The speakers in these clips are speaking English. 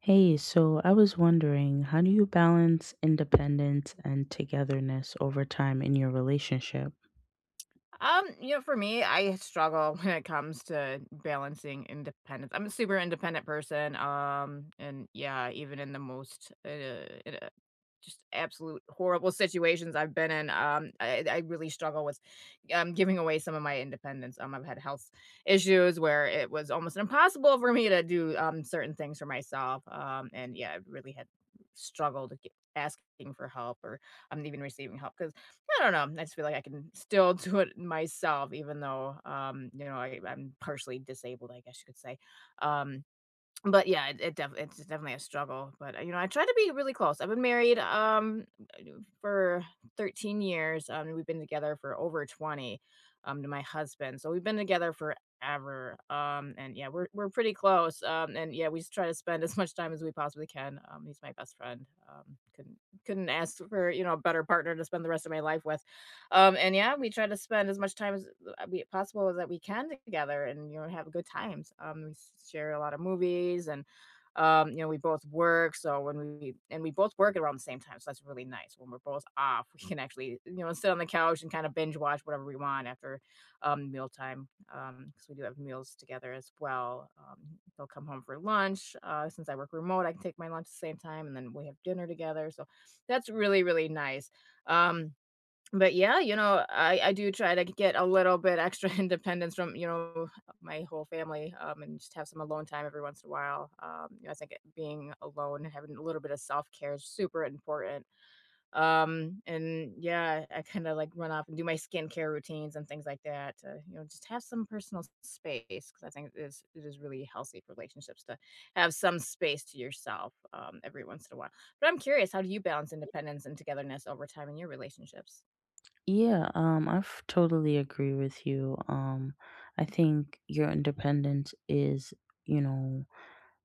Hey, so I was wondering, how do you balance independence and togetherness over time in your relationship? For me, I struggle when it comes to balancing independence. I'm a super independent person. And yeah, even in the most just absolute horrible situations I've been in, I really struggle with giving away some of my independence. I've had health issues where it was almost impossible for me to do certain things for myself. And yeah, I really had struggled to get, asking for help or I'm even receiving help. I don't know. I just feel like I can still do it myself, even though, I'm partially disabled, I guess you could say. Um, but yeah, it's definitely a struggle, but, I try to be really close. I've been married, for 13 years, we've been together for over 20, to my husband, so we've been together forever, and yeah, we're pretty close, and yeah, we just try to spend as much time as we possibly can. He's my best friend. Couldn't ask for, you know, a better partner to spend the rest of my life with. And yeah, we try to spend as much time as we possible is that we can together and, you know, have good times. We share a lot of movies and, we both work. So when we, and we both work around the same time. So that's really nice. When we're both off, we can actually, you know, sit on the couch and kind of binge watch whatever we want after mealtime because we do have meals together as well. They'll come home for lunch. Since I work remote, I can take my lunch at the same time and then we have dinner together. So that's really, really nice. Um, but yeah, you know, I do try to get a little bit extra independence from, you know, my whole family, and just have some alone time every once in a while. I think being alone and having a little bit of self-care is super important. And yeah, I kind of like run off and do my skincare routines and things like that. To, you know, just have some personal space because I think it is really healthy for relationships to have some space to yourself every once in a while. But I'm curious, how do you balance independence and togetherness over time in your relationships? Yeah, I totally agree with you. I think your independence is, you know,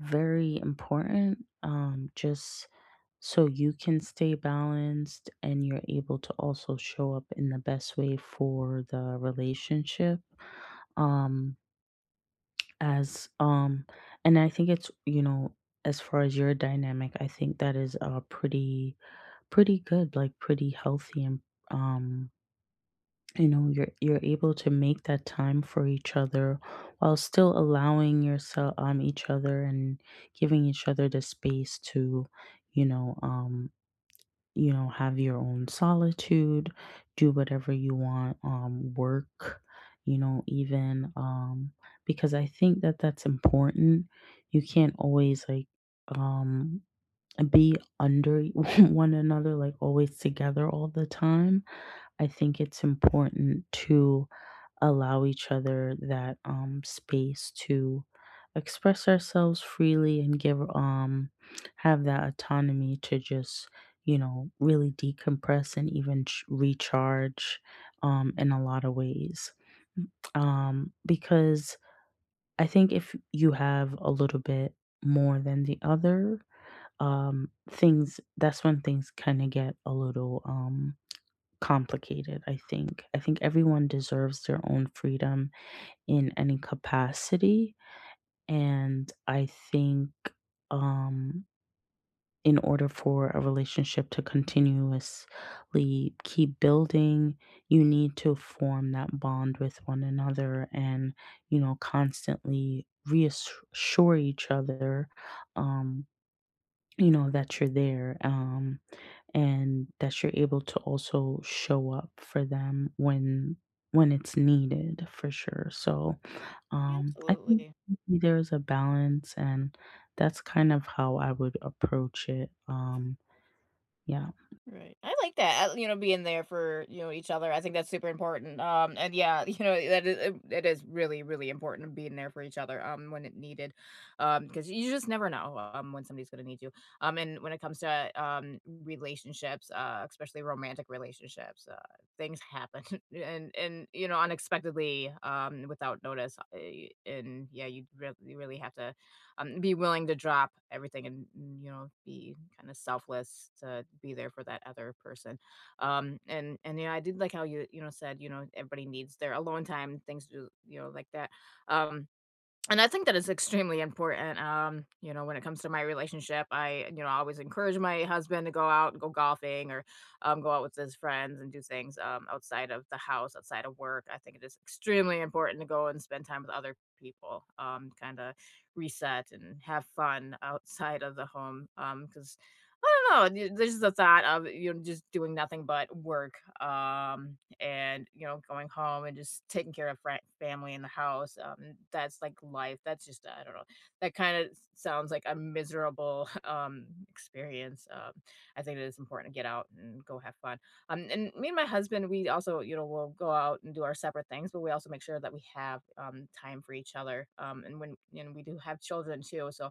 very important just so you can stay balanced and you're able to also show up in the best way for the relationship um as and I think it's, you know, as far as your dynamic, I think that is pretty pretty good, like pretty healthy. And um you know, you're able to make that time for each other while still allowing yourself each other and giving each other the space to, you know um you know, have your own solitude, do whatever you want, work, you know, even because I think that that's important. You can't always like, um be under one another, like always together all the time. I think it's important to allow each other that space to express ourselves freely and give, have that autonomy to just, you know, really decompress and even recharge in a lot of ways. Because I think if you have a little bit more than the other things, that's when things kind of get a little complicated. I think everyone deserves their own freedom in any capacity. And I think, um, in order for a relationship to continuously keep building, you need to form that bond with one another and, you know, constantly reassure each other, um, you know, that you're there. And that you're able to also show up for them when it's needed, for sure. So I think Absolutely. there's a balance, and that's kind of how I would approach it. Yeah. Right. I like that, being there for, you know, each other. I think that's super important. And yeah, you know, that is, it is really, really important being there for each other, when it needed. Because you just never know, when somebody's going to need you. And when it comes to, relationships, especially romantic relationships, things happen and, you know, unexpectedly, without notice. And yeah, you really have to, be willing to drop everything and, you know, be kind of selfless to be there for that other person. And yeah, I did like how you you know said everybody needs their alone time, things to do, you know, like that. Um, and I think that it's extremely important, when it comes to my relationship, I always encourage my husband to go out and go golfing or, go out with his friends and do things, outside of the house, outside of work. I think it is extremely important to go and spend time with other people, kinda reset and have fun outside of the home. Because I don't know, th there's the thought of, you know, just doing nothing but work, and you know going home and just taking care of friend, family in the house, that's like life. That's just, I don't know, that kind of sounds like a miserable experience. I think it is important to get out and go have fun. And me and my husband, we also, you know, we'll go out and do our separate things, but we also make sure that we have time for each other. And we do have children too. So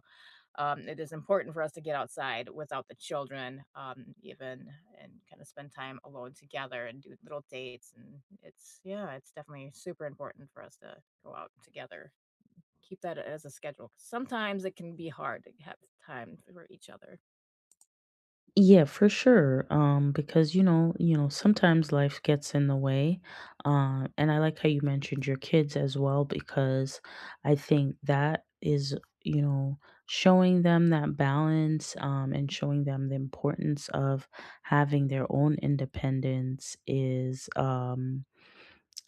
it is important for us to get outside without the children, even and kind of spend time alone together and do little dates. And it's, yeah, it's definitely super important for us to go out together. Keep that as a schedule. Sometimes it can be hard to have time for each other. Yeah, for sure. Because you know, sometimes life gets in the way. And I like how you mentioned your kids as well, because I think that is, you know, showing them that balance, and showing them the importance of having their own independence is, um,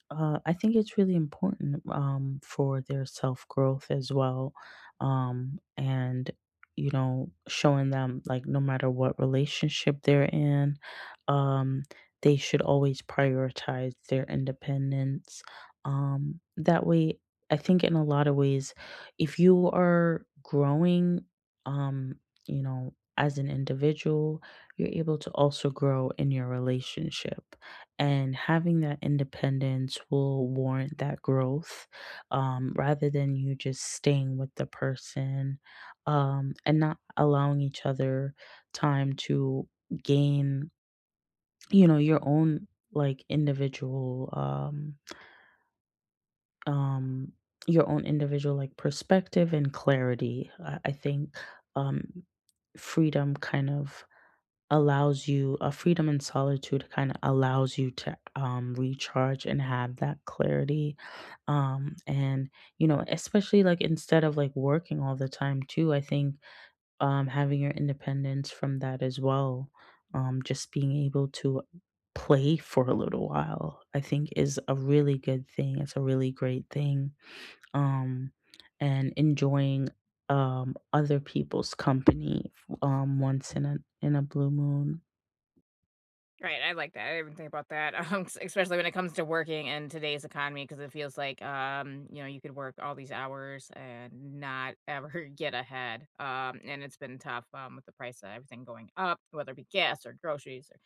uh, I think it's really important, for their self growth as well. And, you know, showing them, like, no matter what relationship they're in, um, they should always prioritize their independence. That way, I think in a lot of ways, if you are growing, um, you know, as an individual, you're able to also grow in your relationship, and having that independence will warrant that growth, rather than you just staying with the person and not allowing each other time to gain, you know, your own like individual um, your own individual like perspective and clarity. I think um, freedom kind of allows you a freedom, and solitude kind of allows you to recharge and have that clarity, and you know, especially like instead of like working all the time too, I think having your independence from that as well, just being able to play for a little while. I think is a really good thing, it's a really great thing, um, and enjoying other people's company once in a blue moon. Right, I like that, I didn't think about that, s especially when it comes to working in today's economy, because it feels like, you could work all these hours and not ever get ahead, and it's been tough, with the price of everything going up, whether it be gas or groceries or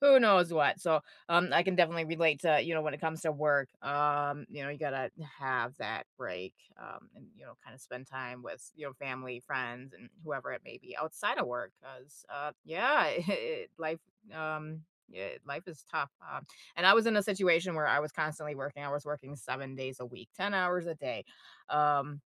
who knows what. So, I can definitely relate to, you know, when it comes to work, you gotta have that break, and, you know, kind of spend time with, you know, family, friends, and whoever it may be outside of work. Cause, yeah, um, yeah, life is tough. And I was in a situation where I was constantly working. I was working 7 days a week, 10 hours a day. Um,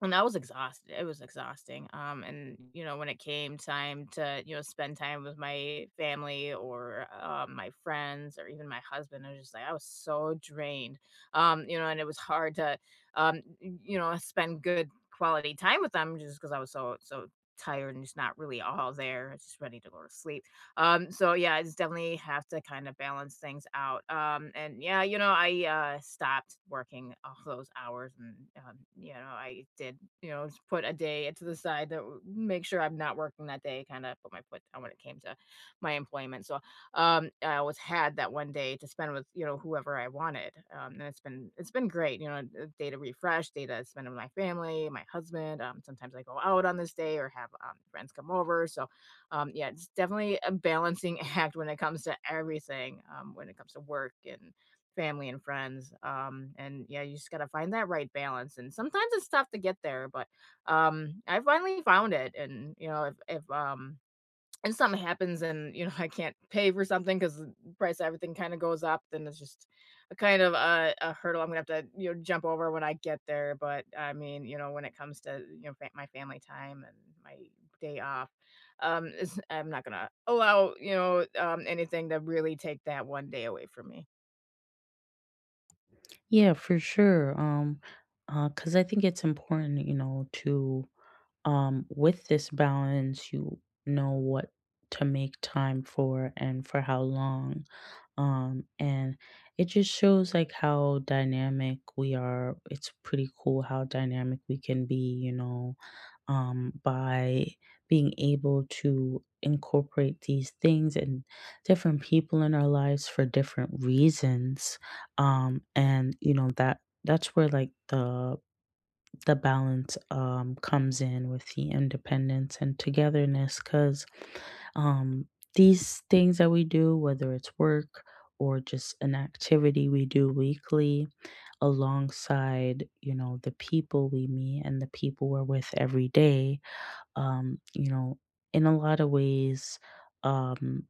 and I was exhausted. It was exhausting. And you know, when it came time to spend time with my family or my friends or even my husband, I was just like I was so drained. And it was hard to spend good quality time with them just because I was so tired and just not really all there, just ready to go to sleep. So yeah, I just definitely have to kind of balance things out. And yeah, you know, I stopped working all those hours, and I did, you know, just put a day to the side to make sure I'm not working that day. Kind of put my foot down when it came to my employment. So I always had that one day to spend with whoever I wanted, and it's been great. You know, a day to refresh, day to spend with my family, my husband. Sometimes I go out on this day or have friends come over. So yeah, it's definitely a balancing act when it comes to everything, when it comes to work and family and friends. And yeah, you just got to find that right balance. And sometimes it's tough to get there, but I finally found it. And, you know, if and something happens and you know I can't pay for something because the price of everything kind of goes up, then it's just a kind of a hurdle I'm gonna have to jump over when I get there. But I mean, you know, when it comes to, my family time and my day off, I'm not gonna allow, anything to really take that one day away from me. Yeah, for sure. 'Cause because I think it's important, you know, to with this balance, you know what to make time for and for how long. And it just shows like how dynamic we are. It's pretty cool how dynamic we can be, you know, by being able to incorporate these things and different people in our lives for different reasons, and you know that that's where like the balance comes in with the independence and togetherness, because um, these things that we do, whether it's work or just an activity we do weekly, alongside, you know, the people we meet and the people we're with every day, you know, in a lot of ways. Um,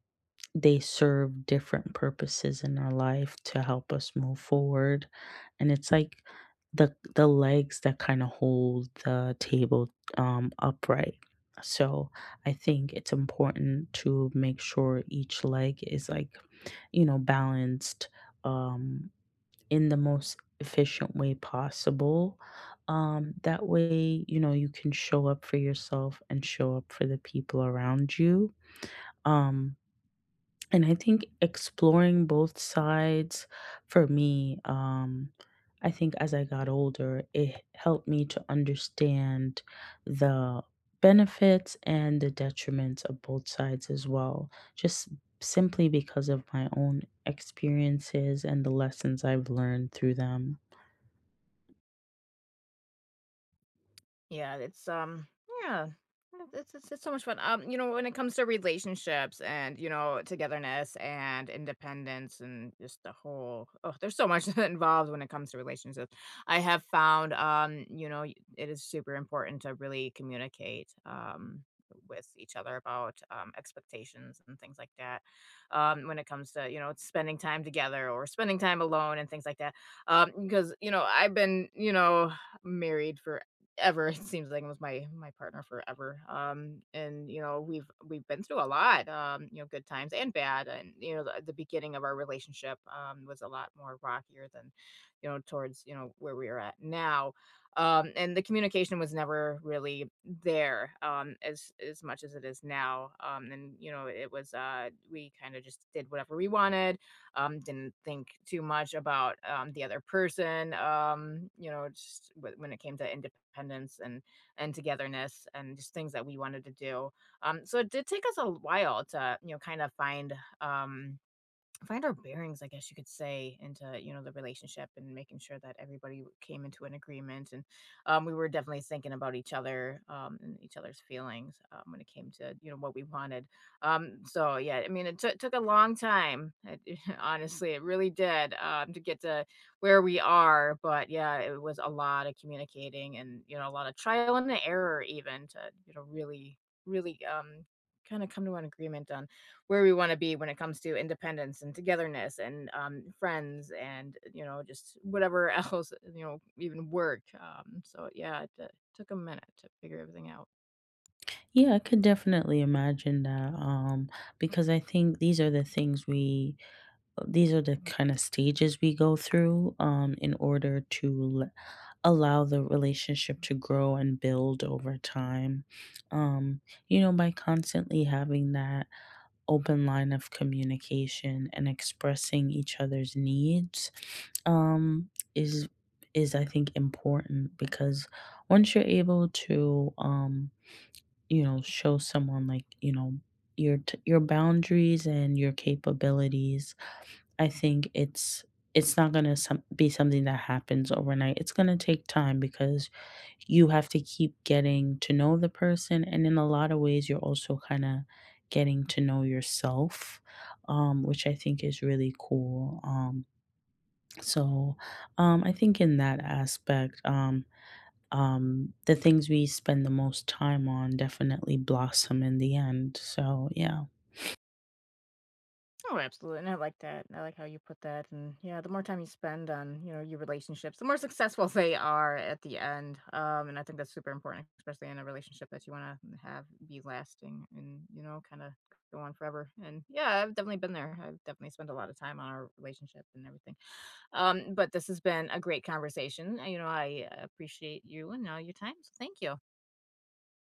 they serve different purposes in our life to help us move forward, and it's like the legs that kind of hold the table upright. So I think it's important to make sure each leg is, like, you know, balanced um in the most efficient way possible, that way, you know, you can show up for yourself and show up for the people around you, um and I think exploring both sides for me, I think as I got older, it helped me to understand the benefits and the detriments of both sides as well, just simply because of my own experiences and the lessons I've learned through them. Yeah, it's yeah. It's so much fun. When it comes to relationships and togetherness and independence and just the whole, oh, there's so much involved when it comes to relationships. I have found, it is super important to really communicate with each other about expectations and things like that. When it comes to spending time together or spending time alone and things like that. Because you know I've been, married for ever, it seems like, it was my partner forever. And you know, we've been through a lot, good times and bad. And you know, the beginning of our relationship was a lot more rockier than, you know, towards, you know, where we are at now. And the communication was never really there, as much as it is now. And you know, it was we kind of just did whatever we wanted, didn't think too much about the other person. Just when it came to independence and togetherness and just things that we wanted to do. So it did take us a while to kind of find. Um, Find our bearings, I guess you could say, into the relationship and making sure that everybody came into an agreement, and we were definitely thinking about each other, and each other's feelings, when it came to what we wanted. So yeah, I mean, it took a long time. It, honestly, it really did, to get to where we are, but yeah, it was a lot of communicating and you know a lot of trial and error even to you know really really kind of come to an agreement on where we wanna be when it comes to independence and togetherness and, friends and, you know, just whatever else, you know, even work, so yeah, took a minute to figure everything out. Yeah, I could definitely imagine that, because I think these are the things we, these are the kind of stages we go through in order to allow the relationship to grow and build over time. Um, you know, by constantly having that open line of communication and expressing each other's needs um, is is I think important, because once you're able to you know show someone, like, you know, your your boundaries and your capabilities, I think it's not going to be something that happens overnight. It's going to take time because you have to keep getting to know the person, and in a lot of ways you're also kind of getting to know yourself, which I think is really cool. So I think in that aspect the things we spend the most time on definitely blossom in the end. So yeah. Oh, absolutely, and I like that, I like how you put that, and yeah, the more time you spend on, you know, your relationships, the more successful they are at the end, and I think that's super important, especially in a relationship that you wanna have be lasting and, you know, kinda go on forever, and yeah, I've definitely been there, I've definitely spent a lot of time on our relationship and everything. But this has been a great conversation. You know, I appreciate you and all your time. So thank you.